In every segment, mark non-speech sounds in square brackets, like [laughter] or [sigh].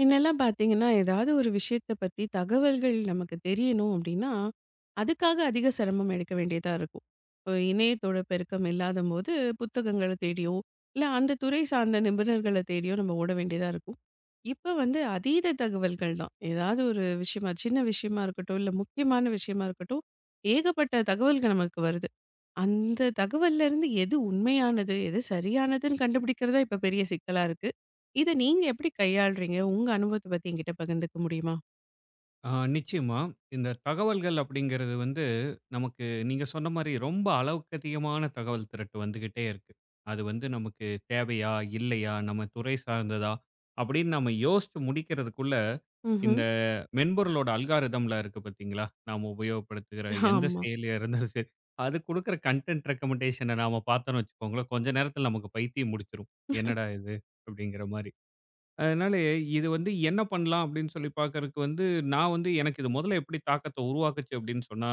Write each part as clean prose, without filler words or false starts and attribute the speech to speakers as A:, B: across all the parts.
A: முன்னெல்லாம் பார்த்தீங்கன்னா, ஏதாவது ஒரு விஷயத்த பத்தி தகவல்கள் நமக்கு தெரியணும் அப்படின்னா, அதுக்காக அதிக சிரமம் எடுக்க வேண்டியதா இருக்கும். இப்போ இணையத்தோட பெருக்கம் இல்லாதம்போது, புத்தகங்கள தேடியோ, இல்ல அந்த துறை சார்ந்த நிபுணர்கள தேடியோ நம்ம ஓட வேண்டியதா இருக்கும். இப்ப வந்து அதீத தகவல்கள் தான். ஏதாவது ஒரு விஷயமா சின்ன விஷயமா இருக்கட்டும், இல்ல முக்கியமான விஷயமா இருக்கட்டும், ஏகப்பட்ட தகவல்கள் நமக்கு வருது. அந்த தகவல்ல இருந்து எது உண்மையானது, எது சரியானதுன்னு கண்டுபிடிக்கிறதா இப்ப பெரிய சிக்கலா இருக்கு. இத நீங்க எப்படி கையாள்றீங்க? உங்க அனுபவத்த பத்தி என்கிட்ட பகிர்ந்துக்க முடியுமா?
B: நிச்சயமா. இந்த தகவல்கள் அப்படிங்கிறது வந்து நமக்கு நீங்க சொன்ன மாரி ரொம்ப அளவுக்கு அதிகமான தகவல் திரட்டு வந்துகிட்டே இருக்கு. அது வந்து நமக்கு தேவையா? இல்லையா? நம்ம துறை சார்ந்ததா? அப்படின்னு நம்ம யோசிச்சு முடிக்கிறதுக்குள்ள,
A: ம்ஹ்ம்.
B: இந்த மென்பொருளோட அல்காரிதம்லாம் இருக்கு பார்த்தீங்களா? நாம உபயோகப்படுத்துகிற எந்த
A: ஆமா.
B: செயலியா இருந்தாலும் சரி, அது குடுக்குற கன்டென்ட் ரெக்கமெண்டேஷன நாம பார்த்தோம்னு வச்சுக்கோங்களேன், கொஞ்ச நேரத்தில நமக்கு பைத்தியம் முடிச்சுரும். என்னடா இது? அப்படிங்கிற மாரி. அதனால இது வந்து என்ன பண்ணலாம் அப்படின்னு சொல்லி பார்க்கறக்கு வந்து நான் வந்து எனக்கு இது முதல்ல எப்படி தாக்கத்த உருவாக்குச்சு அப்படின்னு சொன்னா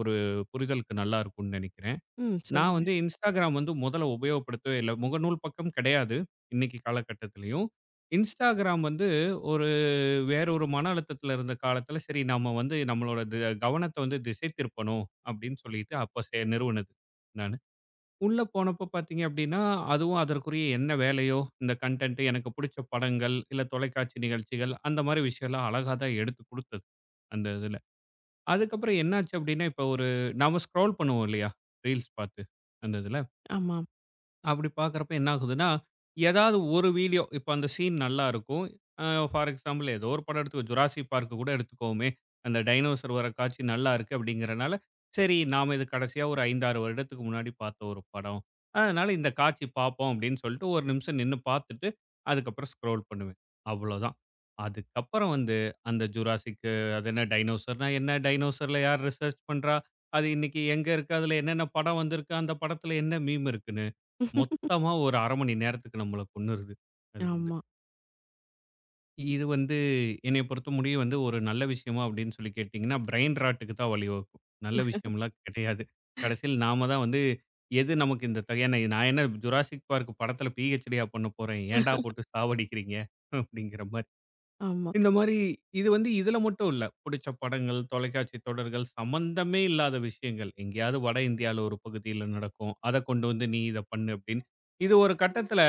B: ஒரு புரிதலுக்கு நல்லா இருக்கும்னு நினைக்கிறேன்.
A: ம்.
B: நான்
A: சொல்லுங்க.
B: வந்து Instagram வந்து முதல்ல உபயோகப்படுத்தவே இல்ல. முகநூல் பக்கம் கிடையாது. இன்னைக்கு காலகட்டத்திலயும். Instagram வந்து ஒரு வேற ஒரு மன அழுத்தத்தில இருந்த காலத்தில சரி நம்ம வந்து நம்மளோட கவனத்த வந்து திசை திருப்பணும் அப்படின்னு சொல்லிட்டு அப்ப நிறுவனது நானு. உள்ள போனப்போ பார்த்தீங்க அப்படின்னா, அதுவும் அதற்குரிய என்ன வேலையோ, இந்த கன்டென்ட் எனக்கு புடிச்ச படங்கள், இல்ல தொலைக்காட்சி நிகழ்ச்சிகள் அந்த மாரி விஷயம்லாம் அழகா தான் எடுத்து குடுத்தது. அந்த இதுல. அதுக்கப்புறம் என்னாச்சு அப்படின்னா, இப்ப ஒரு நாம ஸ்க்ரால் பண்ணுவோம் இல்லையா? ரீல்ஸ் பார்த்து, அந்த இதுல.
A: ஆமா.
B: அப்படி பார்க்குறப்ப என்ன ஆகுதுன்னா, ஏதாவது ஒரு வீடியோ இப்ப அந்த சீன் நல்லா இருக்கும். அ ஃபார் எக்ஸாம்பிள் ஏதோ ஒரு படம் எடுத்துக்கோ, "ஜுராசிக் பார்க்" கூட எடுத்துக்கோமே. அந்த டைனோசர் வர காட்சி நல்லா இருக்கு அப்படிங்கிறனால, சரி நாம இது கடைசியா ஒரு 5, 6 வருடத்துக்கு முன்னாடி பார்த்த ஒரு படம். அதனால இந்த காட்சி பார்ப்போம் அப்படின்னு சொல்லிட்டு, ஒரு நிமிஷம் நின்னு பார்த்துட்டு, அதுக்கப்புறம் ஸ்க்ரோல் பண்ணுவேன். அவ்வளோதான். அதுக்கப்புறம் வந்து அந்த "ஜுராசிக்" அது என்ன டைனோசர்னா என்ன? டைனோசர்ல யார் ரிசர்ச் பண்றா? அது இன்னைக்கு எங்க இருக்கு? அதுல என்னென்ன படம் வந்திருக்கு? அந்த படத்துல என்ன மீம் இருக்குன்னு மொத்தமா ஒரு 1/2 மணி நேரத்துக்கு நம்மள கொன்னுருது. அது வந்து.
A: ஆமா.
B: இது வந்து என்னைய பொறுத்த முடியும் வந்து ஒரு நல்ல விஷயமா அப்படின்னு சொல்லி கேட்டீங்கன்னா, பிரெயின் ராட்டுக்கு தான் வழிவகுக்கும். நல்ல விஷயம்லாம் கிடையாது. கடைசியில நாம தான் வந்து எது நமக்கு இந்த ஏன்னா நான் என்ன "ஜுராசிக் பார்க்" படத்தில பிஹெச்டியா பண்ண போறேன். ஏன்டா போட்டு சாவடிக்கிறீங்க? அப்படிங்கிற மாரி.
A: ஆமா.
B: இந்த மாரி இது வந்து இதுல மட்டும் இல்ல. புடிச்ச படங்கள், தொலைக்காட்சி தொடர்கள் சம்மந்தமே இல்லாத விஷயங்கள். எங்கேயாவது வட இந்தியால ஒரு பகுதியில நடக்கும். அத கொண்டு வந்து நீ இத பண்ணு அப்படின்னு. இது ஒரு கட்டத்தில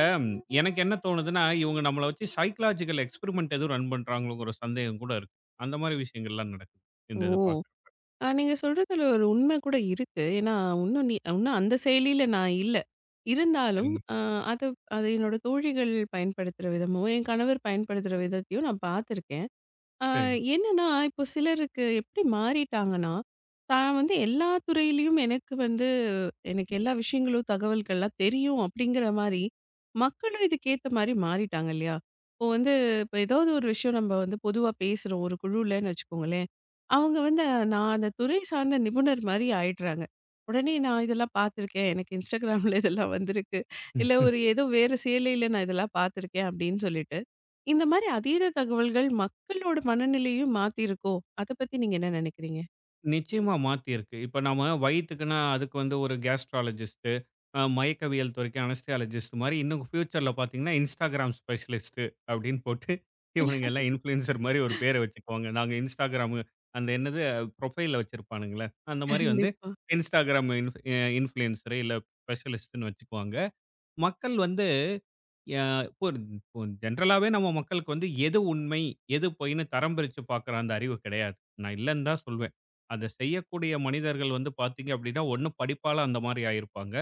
B: எனக்கு என்ன தோணுதுன்னா, இவங்க நம்மள வச்சு சைக்காலஜிக்கல் எக்ஸ்பெரிமென்ட் எதுவும் ரன் பண்றாங்களோங்கிற ஒரு சந்தேகம் கூட இருக்கு. அந்த மாரி விஷயங்கள்லாம் நடக்குது. இந்த
A: ஓ!
B: இது பார்க்குறப்ப.
A: நீங்க சொல்றதுல ஒரு உண்மை கூட இருக்கு. ஏன்னா, இன்னும் அந்த செயலியில நான் இல்ல. இருந்தாலும்
B: சரிங்க,
A: அ அத அது என்னோட தோழிகள் பயன்படுத்துற விதமும், என் கணவர் பயன்படுத்துற விதத்தையும் நான் பார்த்துருக்கேன். ஆ,
B: சரிங்க.
A: என்னன்னா, இப்போ சிலருக்கு எப்படி மாறிட்டாங்கன்னா, தான் வந்து எல்லா துறையிலயும் எனக்கு வந்து எனக்கு எல்லா விஷயங்களும், தகவல்கள்லாம் தெரியும் அப்படிங்கிற மாரி, மக்களும் இதுக்கேத்த மாரி மாறிட்டாங்க இல்லையா? இப்போ வந்து இப்போ ஏதாவது ஒரு விஷயம் நம்ம வந்து பொதுவா பேசுறோம் ஒரு குழுலன்னு வச்சுக்கோங்களேன். அவங்க வந்து நான் அந்த துறை சார்ந்த நிபுணர் மாரி ஆயிடுறாங்க. உடனே நான் இதெல்லாம் பார்த்துருக்கேன். எனக்கு Instagramல இதெல்லாம் வந்திருக்கு. இல்ல
B: ம்.
A: ஒரு ஏதோ வேற சேலையில நான் இதெல்லாம் பார்த்துருக்கேன் அப்படின்னு சொல்லிட்டு இந்த மாரி அதீத தகவல்கள் மக்களோட மனநிலையும் மாத்தியிருக்கோ? அத பத்தி நீங்க என்ன நெனைக்கிறீங்க?
B: நிச்சயமா மாத்தியிருக்கு. இப்ப நம்ம வயித்துக்குன்னா, அதுக்கு வந்து ஒரு கேஸ்ட்ராலஜிஸ்ட்டு, மயக்கவியல் துறைக்கு அனஸ்தியாலஜிஸ்ட் மாரி இன்னும் ஃபியூச்சர்ல பார்த்தீங்கன்னா, இன்ஸ்டாகிராம் ஸ்பெஷலிஸ்ட்டு அப்படின்னு போட்டு இவனுங்க எல்லாம் இன்ஃப்ளூயன்சர் மாரி ஒரு பேர வச்சுக்குவாங்க. நாங்க இன்ஸ்டாகிராமு அந்த என்னது ப்ரொஃபைல்ல வச்சிருப்பானுங்கல்ல, அந்த மாரி வந்து
A: கண்டிப்பா.
B: இன்ஸ்டாகிராம் இன்ஃப்ளூயன்சரு இல்ல ஸ்பெஷலிஸ்ட்டுன்னு வச்சுக்குவாங்க. மக்கள் வந்து இப்போ இப்போ ஜென்ரலாவே நம்ம மக்களுக்கு வந்து எது உண்மை, எது பொய்ன்னு தரம் பிரிச்சு பார்க்குற அந்த அறிவு கிடையாது. நான் இல்லன்னு தான் சொல்வேன். அத செய்யக்கூடிய மனிதர்கள் வந்து பார்த்தீங்க அப்படின்னா, ஒண்ணு படிப்பால அந்த மாரி ஆயிருப்பாங்க.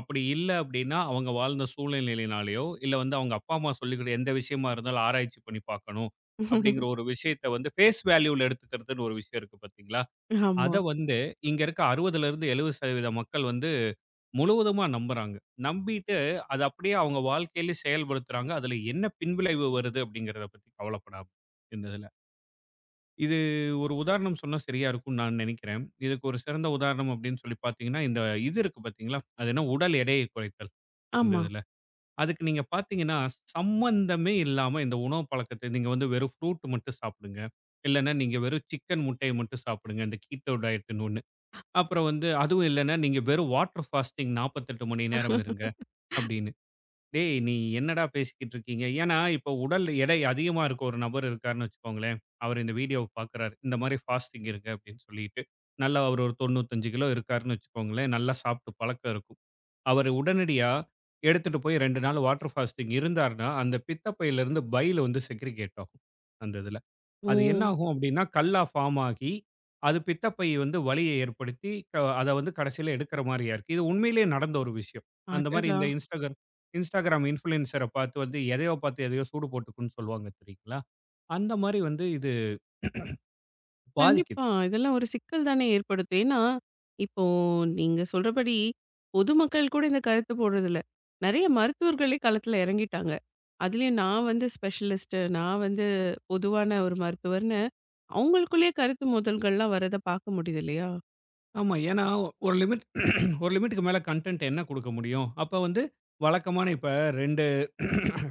B: அப்படி இல்ல அப்படின்னா, அவங்க வாழ்ந்த சூழ்நிலையினாலயோ, இல்ல வந்து அவங்க அப்பா, அம்மா சொல்லிக்கிற எந்த விஷயமா இருந்தாலும் ஆராய்ச்சி பண்ணி பார்க்கணும். அப்படிங்கிற ஒரு விஷயத்த வந்து ஃபேஸ் வேல்யூல எடுத்துக்கிறதுன்னு ஒரு விஷயம் இருக்கு பார்த்தீங்களா? அத
A: ஆமா,
B: வந்து இங்க இருக்க 60லிருந்து 70% மக்கள் வந்து முழுவதுமா நம்புறாங்க. நம்பிட்டு அத அப்படியே அவங்க வாழ்க்கையில செயல்படுத்துறாங்க. அதுல என்ன பின்விளைவு வருது அப்படிங்கிறத பத்தி கவலைப்படாம இந்த இதுல. இது ஒரு உதாரணம் சொன்னா சரியா இருக்கும்னு நான் நினைக்கிறேன். இதுக்கு ஒரு சிறந்த உதாரணம் அப்படின்னு சொல்லி பார்த்தீங்கன்னா, இந்த இது இருக்கு பார்த்தீங்களா? அது என்ன உடல் எடையை குறைத்தல் இந்த
A: ஆமா.
B: இதுல. அதுக்கு நீங்க பார்த்தீங்கன்னா, சம்மந்தமே இல்லாம இந்த உணவு பழக்கத்த நீங்க வந்து வெறும் ஃப்ரூட் மட்டும் சாப்பிடுங்க. இல்லன்னா நீங்க வெறும் சிக்கன் முட்டைய மட்டும் சாப்பிடுங்க. இந்த கீட்டோ டயட்ன்னு ஒண்ணு. அப்புறம் வந்து அதுவும் இல்லன்னா நீங்க வெறும் வாட்டர் ஃபாஸ்டிங் 48 மணி நேரம் இருங்க. அப்படின்னு. "டேய்! நீ என்னடா பேசிக்கிட்டு இருக்கீங்க?" ஏன்னா, இப்போ உடல் எடை அதிகமா இருக்க ஒரு நபர் இருக்காருன்னு வச்சுக்கோங்களேன். அவர் இந்த வீடியோவ பார்க்குறாரு. இந்த மாதிரி ஃபாஸ்டிங் இருக்கு அப்படின்னு சொல்லிட்டு. நல்லா அவர் ஒரு 95 கிலோ இருக்காருன்னு வச்சுக்கோங்களேன். நல்லா சாப்பிட்டு பழக்கம் இருக்கும். அவர் உடனடியா எடுத்துட்டு போய் 2 நாள் வாட்டர் ஃபாஸ்டிங் இருந்தாருன்னா, அந்த பித்தப்பையிலிருந்து பைல் வந்து செக்ரிகேட் ஆகும். அந்த இதுல. அது என்ன
A: ம்.
B: ஆகும் அப்படின்னா, கல்லா ஃபார்ம் ஆகி, அது பித்தப்பை வந்து வலிய ஏற்படுத்தி, அத வந்து கடைசியில எடுக்கிற மாரியா இருக்கு. இது உண்மையிலேயே நடந்த ஒரு விஷயம். அந்த மாரி
A: அடடா!
B: இந்த Instagram இன்ஃப்ளூயன்சர பார்த்து வந்து எதையோ பார்த்து எதையோ சூடு போட்டுக்குன்னு சொல்லுவாங்க தெரியுங்களா? அந்த மாரி வந்து இது பாதிக்குது.
A: கண்டிப்பா. இதெல்லாம் ஒரு சிக்கல் தானே ஏற்படுத்தும். ஏன்னா, இப்போ நீங்க சொல்றபடி பொதுமக்கள் கூட இந்த கருத்து போடுறதில்ல. நெறைய மருத்துவர்களே களத்துல எறங்கிட்டாங்க. அதுலயும் நான் வந்து ஸ்பெஷலிஸ்ட்டு, நான் வந்து பொதுவான ஒரு மருத்துவர்ன்னு அவங்களுக்குள்ளேயே கருத்து மோதல்கள்லாம் வரத பார்க்க முடியுது இல்லையா?
B: ஆமா. ஏன்னா, ஒரு லிமிட் ஒரு லிமிட்டுக்கு மேல கன்டென்ட் என்ன குடுக்க முடியும்? அப்ப வந்து வழக்கமான இப்ப 2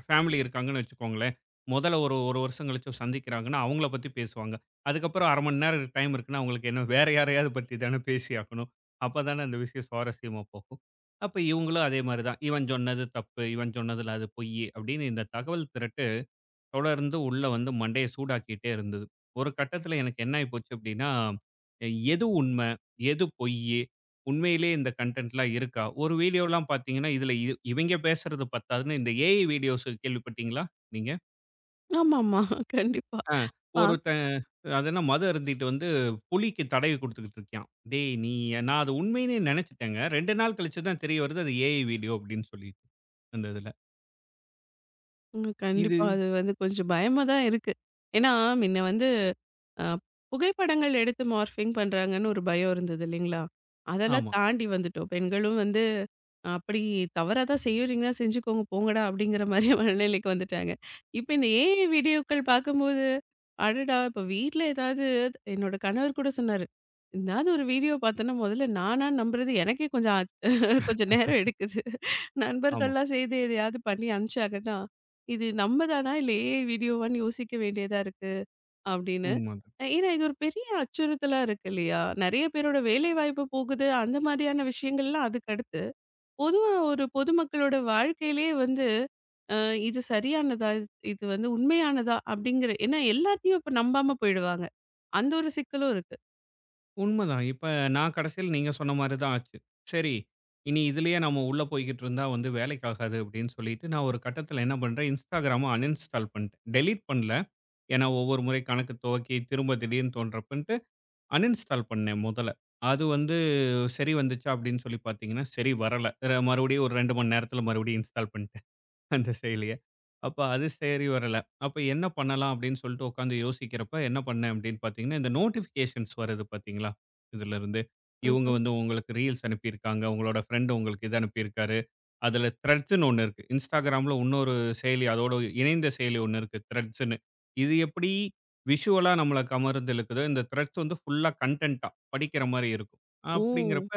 B: ஃபேமிலி இருக்காங்கன்னு வச்சுக்கோங்களேன். முதல்ல ஒரு 1 வருஷம் கழிச்சு சந்திக்கிறாங்கன்னா, அவங்கள பத்தி பேசுவாங்க. அதுக்கப்புறம் 1/2 மணி நேரம் டைம் இருக்குன்னா, அவங்களுக்கு என்ன வேற யாரையாவது பத்தி தானே பேசியாகணும். அப்ப தானே அந்த விஷயம் சுவாரஸ்யமா போகும். அப்ப இவங்களும் அதே மாரி தான். இவன் சொன்னது தப்பு, இவன் சொன்னதுல அது பொய்யி அப்படின்னு இந்த தகவல் திரட்டு தொடர்ந்து உள்ள வந்து மண்டைய சூடாக்கிட்டே இருந்தது. ஒரு கட்டத்தில எனக்கு என்ன ஆயி போச்சு அப்டின்னா, எது உண்ம? எது பொய்யி? உண்மையிலேயே இந்த கன்டென்ட்லாம் இருக்கா? ஒரு வீடியோலாம் பார்த்தீங்கன்னா, இதில இவைங்க பேசுறது பத்தாதுன்னு இந்த ஏஐ வீடியோஸ் கேள்விப்பட்டீங்களா நீங்க?
A: ஆமாமா. கண்டிப்பா.
B: ஆ
A: பா
B: ஒருத்தன் அது என்ன மது அருந்திட்டு வந்து புலிக்கு தடவி குடுத்துக்கிட்டு இருக்கான். "டேய் நீ" நான் அது உண்மைன்னே நெனச்சுட்டேங்க. 2 நாள் கழிச்சு தான் தெரிய வருது அது ஏஐ வீடியோ அப்டின்னு சொல்லிட்டு. அந்த இதில.
A: ம். கண்டிப்பா.
B: இது
A: அது வந்து கொஞ்சம் பயமா தான் இருக்கு. ஏன்னா, முன்ன வந்து அ புகைப்படங்கள் எடுத்து மார்ஃபிங் பண்றாங்கன்னு ஒரு பயம் இருந்தது இல்லைங்களா? அதெல்லாம்
B: ஆமா,
A: தாண்டி வந்துட்டோம். பெண்களும் வந்து அப்படி தவறா தான் செய்றீங்கன்னா செஞ்சுக்கோங்க போங்கடா அப்படிங்கிற மாரி [laughs] மனநிலைக்கு வந்துட்டாங்க. இப்ப இந்த ஏஐ வீடியோக்கள் பார்க்கும்போது, அடடா! இப்ப வீட்ல ஏதாவது என்னோட கணவர் கூட சொன்னாரு. எதாவது ஒரு வீடியோ பார்த்தேன்னா முதல்ல நானா நம்புறது எனக்கே கொஞ்சம் [laughs] கொஞ்சம் நேரம் எடுக்குது.
B: ஆமா.
A: நண்பர்கள்லாம் சேர்ந்து எதையாவது பண்ணி அனுப்பிச்சாங்கன்னா, இது நம்ம தானா இல்ல ஏஐ வீடியோவான்னு யோசிக்க வேண்டியதா இருக்கு. அப்படின்னு.
B: உண்ம.
A: ஏன்னா, இது ஒரு பெரிய அச்சுறுத்தலா இருக்கு இல்லையா? நெறைய பேரோட வேலைவாய்ப்பு போகுது. அந்த மாதிரியான விஷயங்கள்லாம் அதுக்கடுத்து. பொதுவா ஒரு பொதுமக்களோட வாழ்க்கையிலேயே வந்து, அ இது சரியானதா? இது இது வந்து உண்மையானதா? அப்படிங்கிற ஏன்னா எல்லாத்தையும் இப்ப நம்பாம போயிடுவாங்க. அந்த ஒரு சிக்கலும் இருக்கு.
B: உண்மதான். இப்ப நான் கடைசியில நீங்க சொன்ன மாரி தான் ஆச்சு. சரி, இனி இதுலயே நம்ம உள்ள போய்க்கிட்டு இருந்தா வந்து வேலைக்கு ஆகாது அப்படின்னு சொல்லிட்டு, நான் ஒரு கட்டத்தில என்ன பண்றேன், Instagramம அன்இன்ஸ்டால் பண்ணிட்டேன். டெலீட் பண்ணல. ஏன்னா ஒவ்வொரு முறை கணக்கு துவக்கி, திரும்ப திடீர்னு தோன்றப்பன்ட்டு அன்இன்ஸ்டால் பண்ணேன் முதல்ல. அது வந்து சரி வந்துச்சா அப்படின்னு சொல்லி பார்த்தீங்கன்னா, சரி வரல. மறுபடியும் ஒரு 2 மணி நேரத்தில மறுபடியும் இன்ஸ்டால் பண்ணிட்டேன். அந்த செயலிய. அப்ப அது சரி வரல. அப்ப என்ன பண்ணலாம் அப்படின்னு சொல்லிட்டு உட்காந்து யோசிக்கிறப்ப என்ன பண்ணேன் அப்படின்னு பார்த்தீங்கன்னா, இந்த நோட்டிஃபிகேஷன்ஸ் வருது பார்த்தீங்களா? இதுலருந்து. இவங்க
A: ம்ஹ்ம்.
B: வந்து உங்களுக்கு ரீல்ஸ் அனுப்பியிருக்காங்க. உங்களோட ஃப்ரெண்ட் உங்களுக்கு இது அனுப்பியிருக்காரு. அதுல த்ரெட்ஸ்ன்னு ஒண்ணு இருக்கு. Instagramல இன்னொரு செயலி அதோட இணைந்த செயலி ஒண்ணு இருக்கு த்ரெட்ஸ்ன்னு. இது எப்படி விஷுவலா நம்மள கமர்ந்து இழுக்குதோ, இந்த த்ரெட்ஸ் வந்து ஃபுல்லா கன்டென்ட்டா படிக்கிற மாரி இருக்கும்.
A: ஓ!
B: அப்படிங்கிறப்ப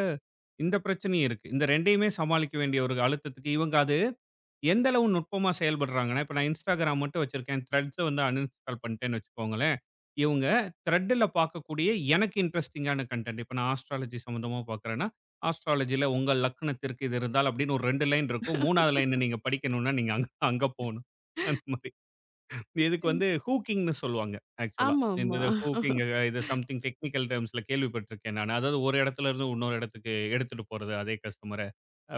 B: இந்த பிரச்சனையும் இருக்கு. இந்த 2யுமே சமாளிக்க வேண்டிய ஒரு அழுத்தத்துக்கு இவங்க அது எந்த அளவு நுட்பமா செயல்படுறாங்கன்னா, இப்ப நான் Instagram மட்டும் வச்சிருக்கேன். Threads வந்து அன்இன்ஸ்டால் பண்ணிட்டேன்னு வச்சுக்கோங்களேன். இவங்க Threadல பார்க்கக்கூடிய எனக்கு இன்ட்ரஸ்டிங்கான கன்டென்ட் இப்ப நான் ஆஸ்ட்ராலஜி சம்மந்தமா பார்க்குறேன்னா, ஆஸ்ட்ராலஜில உங்கள் லக்னத்திற்கு இது இருந்தால் அப்படின்னு ஒரு 2 லைன் இருக்கும். 3வது லைன நீங்க படிக்கணும்னா, நீங்க அங்க அங்க போணும். அந்த மாரி. இதுக்கு வந்து ஹூக்கிங்ன்னு சொல்லுவாங்க ஆக்சுவலா. இந்த
A: ஆமாமா.
B: இது ஹூக்கிங் இது சம்திங் டெக்னிக்கல் டெர்ம்ஸ்ல கேள்விப்பட்டிருக்கேன் நானு. அதாவது ஒரு இடத்துல இருந்து இன்னொரு இடத்துக்கு எடுத்துட்டு போறது அதே கஸ்டமர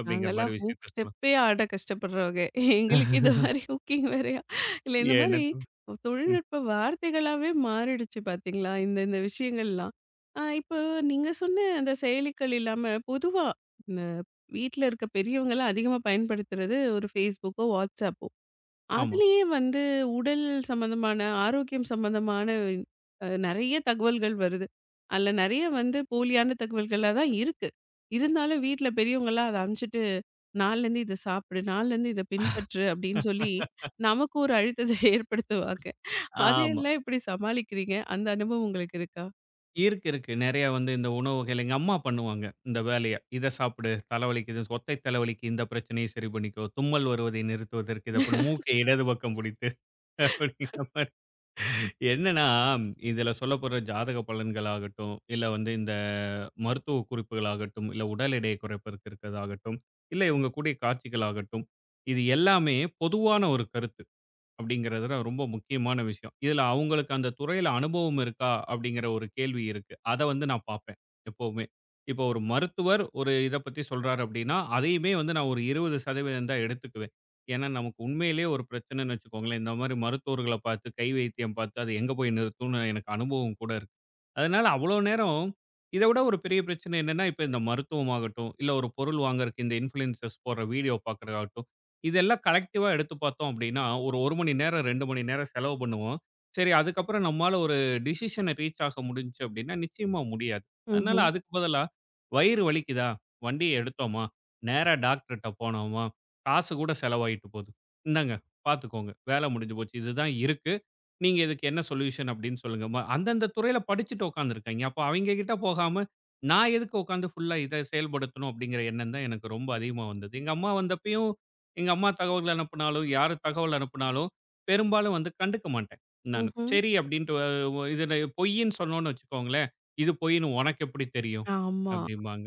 B: அப்படிங்கிற
A: நாங்கலாம்
B: மாரி
A: ஹூக்
B: விஷயத்த சொல்லுவாங்க.
A: ஸ்டெப்பே ஆட கஷ்டப்படுறவங்க. எங்களுக்கு இந்த
B: [laughs]
A: மாரி ஹூக்கிங் வேறையா? இல்ல இந்த
B: ஏன்னு
A: மாரி
B: ம்.
A: தொழில்நுட்ப வார்த்தைகளாவே மாறிடுச்சு பார்த்தீங்களா? இந்த இந்த விஷயங்கள்லாம். இப்போ நீங்க சொன்ன அந்த செயலிகள் இல்லாம பொதுவா இந்த வீட்ல இருக்க பெரியவங்கலாம் அதிகமா பயன்படுத்துறது ஒரு Facebookஓ, WhatsAppஓ
B: ஆமா.
A: அதிலேயே வந்து உடல் சம்மந்தமான, ஆரோக்கியம் சம்மந்தமான நெறைய தகவல்கள் வருது. அதில நெறைய வந்து போலியான தகவல்களா தான் இருக்கு. இருந்தாலும் வீட்ல பெரியவங்கலாம் அத அனுப்பிச்சுட்டு, நாளைலருந்து இத சாப்பிடு, நாளைலருந்து இத பின்பற்று அப்படின்னு சொல்லி, நமக்கு ஒரு அழுத்தத்தை [laughs] ஏற்படுத்துவாங்க.
B: ஆமா.
A: அதையெல்லாம் எப்படி சமாளிக்கிறீங்க? அந்த அனுபவம் உங்களுக்கு இருக்கா?
B: இருக்கு, இருக்கு. நெறைய வந்து இந்த உணவு வகைகள் எங்க அம்மா பண்ணுவாங்க, இந்த வேலைய. இத சாப்பிடு, தலைவலிக்குது, சொத்தை தலைவலிக்கு இந்த பிரச்சனையை சரி பண்ணிக்கோ, தும்மல் வருவதை நிறுத்துவதற்கு இத பண்ணு, மூக்கை இடது பக்கம் பிடித்து [laughs] அப்படிங்கிற மாரி. என்னன்னா, இதில சொல்லப்போற ஜாதக பலன்கள் ஆகட்டும், இல்ல வந்து இந்த மருத்துவ குறிப்புகள் ஆகட்டும், இல்ல உடல் எடையை குறைப்பதற்கு இருக்கிறதாகட்டும், இல்ல இவங்க கூடிய காட்சிகள் ஆகட்டும், இது எல்லாமே பொதுவான ஒரு கருத்து. அப்படிங்கிறது தான் ரொம்ப முக்கியமான விஷயம். இதுல அவங்களுக்கு அந்த துறையில அனுபவம் இருக்கா? அப்படிங்கிற ஒரு கேள்வி இருக்கு. அத வந்து நான் பார்ப்பேன் எப்பவுமே. இப்போ ஒரு மருத்துவர் ஒரு இத பத்தி சொல்றாரு அப்படின்னா, அதையுமே வந்து நான் ஒரு 20% தான் எடுத்துக்குவேன். ஏன்னா நமக்கு உண்மையிலேயே ஒரு பிரச்சனைன்னு வச்சுக்கோங்களேன், இந்த மாரி மருத்துவர்கள பார்த்து, கை வைத்தியம் பார்த்து அது எங்க போய் நிறுத்தும்னு எனக்கு அனுபவம் கூட இருக்கு. அதனால அவ்வளோ நேரம் இத விட ஒரு பெரிய பிரச்சனை என்னன்னா, இப்ப இந்த மருத்துவமாகட்டும், இல்ல ஒரு பொருள் வாங்குறக்கு இந்த இன்ஃப்ளூயன்சர்ஸ் போடுற வீடியோ பார்க்குறதாகட்டும், இதெல்லாம் கலெக்டிவா எடுத்து பார்த்தோம் அப்டின்னா, ஒரு 1 மணி நேரம், 2 மணி நேரம் செலவு பண்ணுவோம். சரி, அதுக்கப்புறம் நம்மால ஒரு டிசிஷன ரீச் ஆக முடிஞ்சுச்சு அப்டின்னா, நிச்சயமா முடியாது. அதனால
A: ம்ஹ்ம்,
B: அதுக்கு பதிலா, வயிறு வலிக்குதா? வண்டிய எடுத்தோமா? நேரா டாக்டர்ட்ட போனோமா? காசு கூட செலவாயிட்டு போது. இந்தாங்க, பார்த்துக்கோங்க. வேல முடிஞ்சு போச்சு. இதுதான் இருக்கு. நீங்க இதுக்கு என்ன சொல்யூஷன் அப்படின்னு சொல்லுங்க. ம அந்தந்த துறையில படிச்சுட்டு உட்காந்துருக்காய்ங்க. அப்போ அவைங்க கிட்ட போகாம, நான் எதுக்கு உட்காந்து ஃபுல்லா இத செயல்படுத்தணும் அப்படிங்கிற எண்ணம் தான் எனக்கு ரொம்ப அதிகமா வந்தது. எங்க அம்மா வந்தப்பயும், எங்க அம்மா தகவல் அனுப்புனாலும், யாரு தகவல் அனுப்புனாலும், பெரும்பாலும் வந்து கண்டுக்க மாட்டேன் நானு.
A: ம்ஹ்ம்.
B: சரி அப்படின்ட்டு அ ஒ இதுல பொய்ன்னு சொன்னோம்னு வச்சுக்கோங்களேன், "இது பொய்ன்னு உனக்கு எப்படி தெரியும்?"
A: ஆமா,
B: அப்படிம்பாங்க.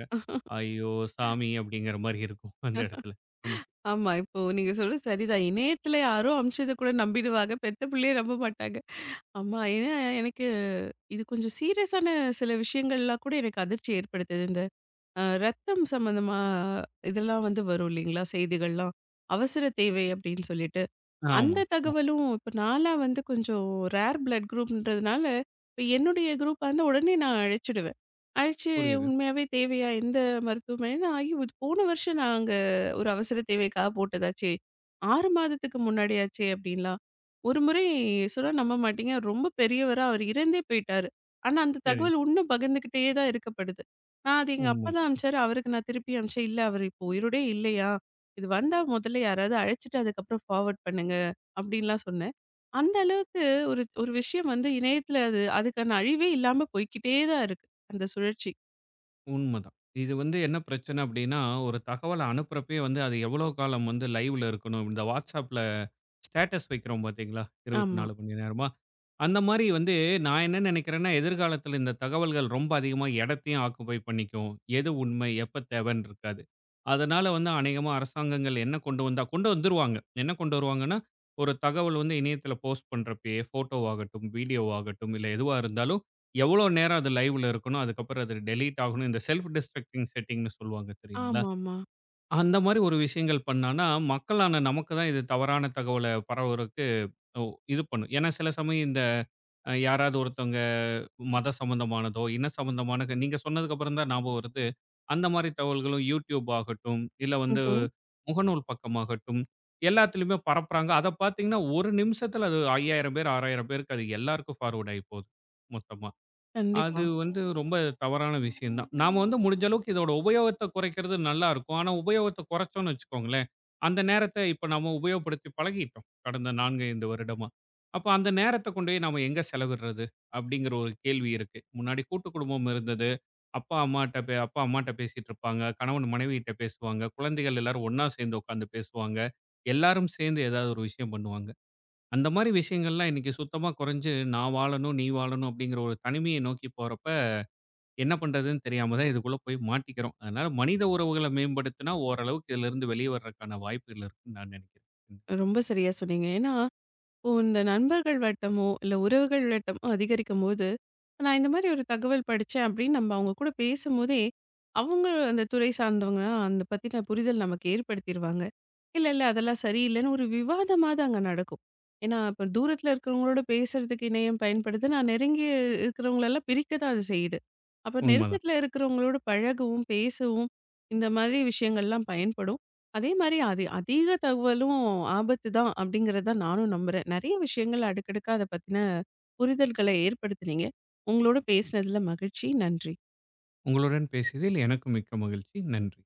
B: ஐயோ சாமி! அப்படிங்கிற மாரி இருக்கும் அந்த இடத்துல நமக்கு.
A: ஆமா. இப்போ நீங்க சொல்றது சரிதான். இணையத்தில யாரோ அனுப்பிச்சத கூட நம்பிடுவாங்க. பெத்த பிள்ளையே நம்ப மாட்டாங்க. ஆமா ஏன்னா எனக்கு இது கொஞ்சம் சீரியஸான சில விஷயங்கள்லாம் கூட எனக்கு அதிர்ச்சி ஏற்படுத்துது. இந்த ரத்தம் சம்மந்தமா இதெல்லாம் வந்து வரும் இல்லைங்களா? செய்திகள்லாம். அவசர தேவை அப்படின்னு சொல்லிட்டு.
B: ஆமா.
A: அந்த
B: ஆமா.
A: தகவலும் இப்ப நான்லாம் வந்து கொஞ்சம் ரேர் பிளட் குரூப்ன்றதுனால, இப்ப என்னுடைய குரூப்பா இருந்தா உடனே நான் அழைச்சிடுவேன். அழைச்சு
B: புரியுது.
A: உண்மையாவே தேவையா எந்த மருத்துவமனைன்னா, ஐயோ! இது போன வருஷம் நாங்க ஒரு அவசர தேவைக்காக போட்டதாச்சே! 6 மாதத்துக்கு முன்னாடியாச்சே! அப்படின்லாம். ஒரு முறை சொன்னா நம்ப மாட்டீங்க. ரொம்ப பெரியவரா அவர் இறந்தே போயிட்டாரு. ஆனா அந்த
B: சரி.
A: தகவல் இன்னும் பகிர்ந்துகிட்டே தான் இருக்கப்படுது. நான் அது எங்க அப்பா
B: உண்ம.
A: தான் அனுப்பிச்சாரு. அவருக்கு நான் திருப்பி அனுப்பிச்சேன். இல்ல அவரு இப்போ உயிரோடயே இல்லையா? இது வந்தா முதல்ல யாராவது அழைச்சுட்டு அதுக்கப்புறம் ஃபார்வர்ட் பண்ணுங்க. அப்படின்லாம் சொன்னேன். அந்த அளவுக்கு ஒரு ஒரு விஷயம் வந்து இணையத்தில அது அதுக்கான அழிவே இல்லாம போய்க்கிட்டே தான் இருக்கு. அந்த சுழற்சி.
B: உண்மதான். இது வந்து என்ன பிரச்சனை அப்படின்னா, ஒரு தகவல அனுப்புறப்பயே வந்து அது எவ்வளோ காலம் வந்து லைவ்ல இருக்கணும். இந்த WhatsAppல ஸ்டேட்டஸ் வைக்கிறோம் பார்த்தீங்களா?
A: ஆமா.
B: 24 மணி நேரமா. அந்த மாரி வந்து நான் என்ன நெனைக்கிறேன்னா, எதிர்காலத்தில இந்த தகவல்கள் ரொம்ப அதிகமா இடத்தையும் ஆக்குபை பண்ணிக்கும். எது உண்மை, எப்ப தேவைன்னு இருக்காது. அதனால வந்து அநேகமா அரசாங்கங்கள் என்ன கொண்டு வந்தா கொண்டு வந்துருவாங்க. என்ன கொண்டு வருவாங்கன்னா, ஒரு தகவல் வந்து இணையத்தில போஸ்ட் பண்றப்பயே, ஃபோட்டோவாகட்டும், வீடியோவாகட்டும், இல்ல எதுவா இருந்தாலும் எவ்வளோ நேரம் அது லைவ்ல இருக்கணும், அதுக்கப்புறம் அது டெலீட் ஆகணும். இந்த செல்ஃப் டிஸ்ட்ரக்டிங் செட்டிங்ன்னு சொல்லுவாங்க தெரியுங்களா?
A: ஆமாமா.
B: அந்த மாரி ஒரு விஷயங்கள் பண்ணான்னா, மக்களான நமக்கு தான் இது தவறான தகவல பரவுறக்கு ஒ இது பண்ணும். ஏன்னா சில சமயம் இந்த யாராவது ஒருத்தவங்க மத சம்மந்தமானதோ, இன சம்மந்தமான நீங்க சொன்னதுக்கப்புறம் தான் ஞாபகம் வருது. அந்த மாரி தகவல்களும் YouTube ஆகட்டும், இல்ல வந்து
A: ம்ஹ்ம்.
B: முகநூல் பக்கமாகட்டும், எல்லாத்துலயுமே பரப்புறாங்க. அத பார்த்தீங்கன்னா, ஒரு நிமிஷத்துல அது 5000 பேர், 6000 பேருக்கு அது எல்லாருக்கும் ஃபார்வர்ட் ஆகி போகுது மொத்தமா. அது
A: கண்டிப்பா.
B: வந்து ரொம்ப தவறான விஷயம் தான். நாம வந்து முடிஞ்ச அளவுக்கு இதோட உபயோகத்த குறைக்கிறது நல்லாருக்கும். ஆனா உபயோகத்த குறைச்சோம்னு வச்சுக்கோங்களேன், அந்த நேரத்த இப்ப நம்ம உபயோகப்படுத்தி பழகிட்டோம். கடந்த 4, 5 வருடமா. அப்ப அந்த நேரத்த கொண்டு போய் நாம எங்க செலவிடுறது? அப்படிங்கிற ஒரு கேள்வி இருக்கு. முன்னாடி கூட்டு குடும்பம் இருந்தது. அப்பா, அம்மாட்ட அப்பா, அம்மாட்ட பேசிட்டு இருப்பாங்க. கணவன் மனைவிட்ட பேசுவாங்க. குழந்தைகள் எல்லாரும் ஒண்ணா சேர்ந்து உட்காந்து பேசுவாங்க. எல்லாரும் சேர்ந்து ஏதாவது ஒரு விஷயம் பண்ணுவாங்க. அந்த மாரி விஷயங்கள்லாம் இன்னைக்கு சுத்தமா குறைஞ்சு, நான் வாழணும், நீ வாழணும் அப்படிங்கிற ஒரு தனிமைய நோக்கி போறப்ப, என்ன பண்றதுன்னு தெரியாம தான் இதுக்குள்ள போய் மாட்டிக்கிறோம். அதனால மனித உறவுகள மேம்படுத்தினா, ஓரளவுக்கு இதிலிருந்து வெளிய வர்றதுக்கான வாய்ப்புகள் இருக்குன்னு நான் நினைக்கிறேன். ம்.
A: ரொம்ப சரியா சொன்னீங்க. ஏன்னா, இப்போ இந்த நண்பர்கள் வட்டமோ, இல்ல உறவுகள் வட்டமோ அதிகரிக்கும்போது, நான் இந்த மாரி ஒரு தகவல் படிச்சேன் அப்படின்னு நம்ம அவங்க கூட பேசும்போதே, அவங்க அந்த துறை சார்ந்தவங்க அந்த பத்தின புரிதல் நமக்கு ஏற்படுத்திருவாங்க. இல்ல அதெல்லாம் சரியில்லன்னு ஒரு விவாதமாவது அங்க நடக்கும். ஏன்னா இப்ப தூரத்துல இருக்கிறவங்களோட பேசுறதுக்கு இணையம் பயன்படுது. நான் நெருங்கி இருக்கிறவங்களெல்லாம் பிரிக்க தான் அது செய்யுது. அப்ப
B: உண்மதான்.
A: நெருக்கத்துல இருக்கிறவங்களோட பழகவும், பேசவும் இந்த மாதிரி விஷயங்கள்லாம் பயன்படும். அதே மாரி அது "அதீக தகவலும் ஆபத்து தான்" அப்படிங்கிறது தான் நானும் நம்புறேன். நெறைய விஷயங்கள் அடுக்கடுக்கா அத பத்தின புரிதல்கள ஏற்படுத்துனீங்க. உங்களோட பேசினதுல மகிழ்ச்சி. நன்றி.
B: உங்களுடன் பேசியதில் எனக்கு மிக்க மகிழ்ச்சி. நன்றி.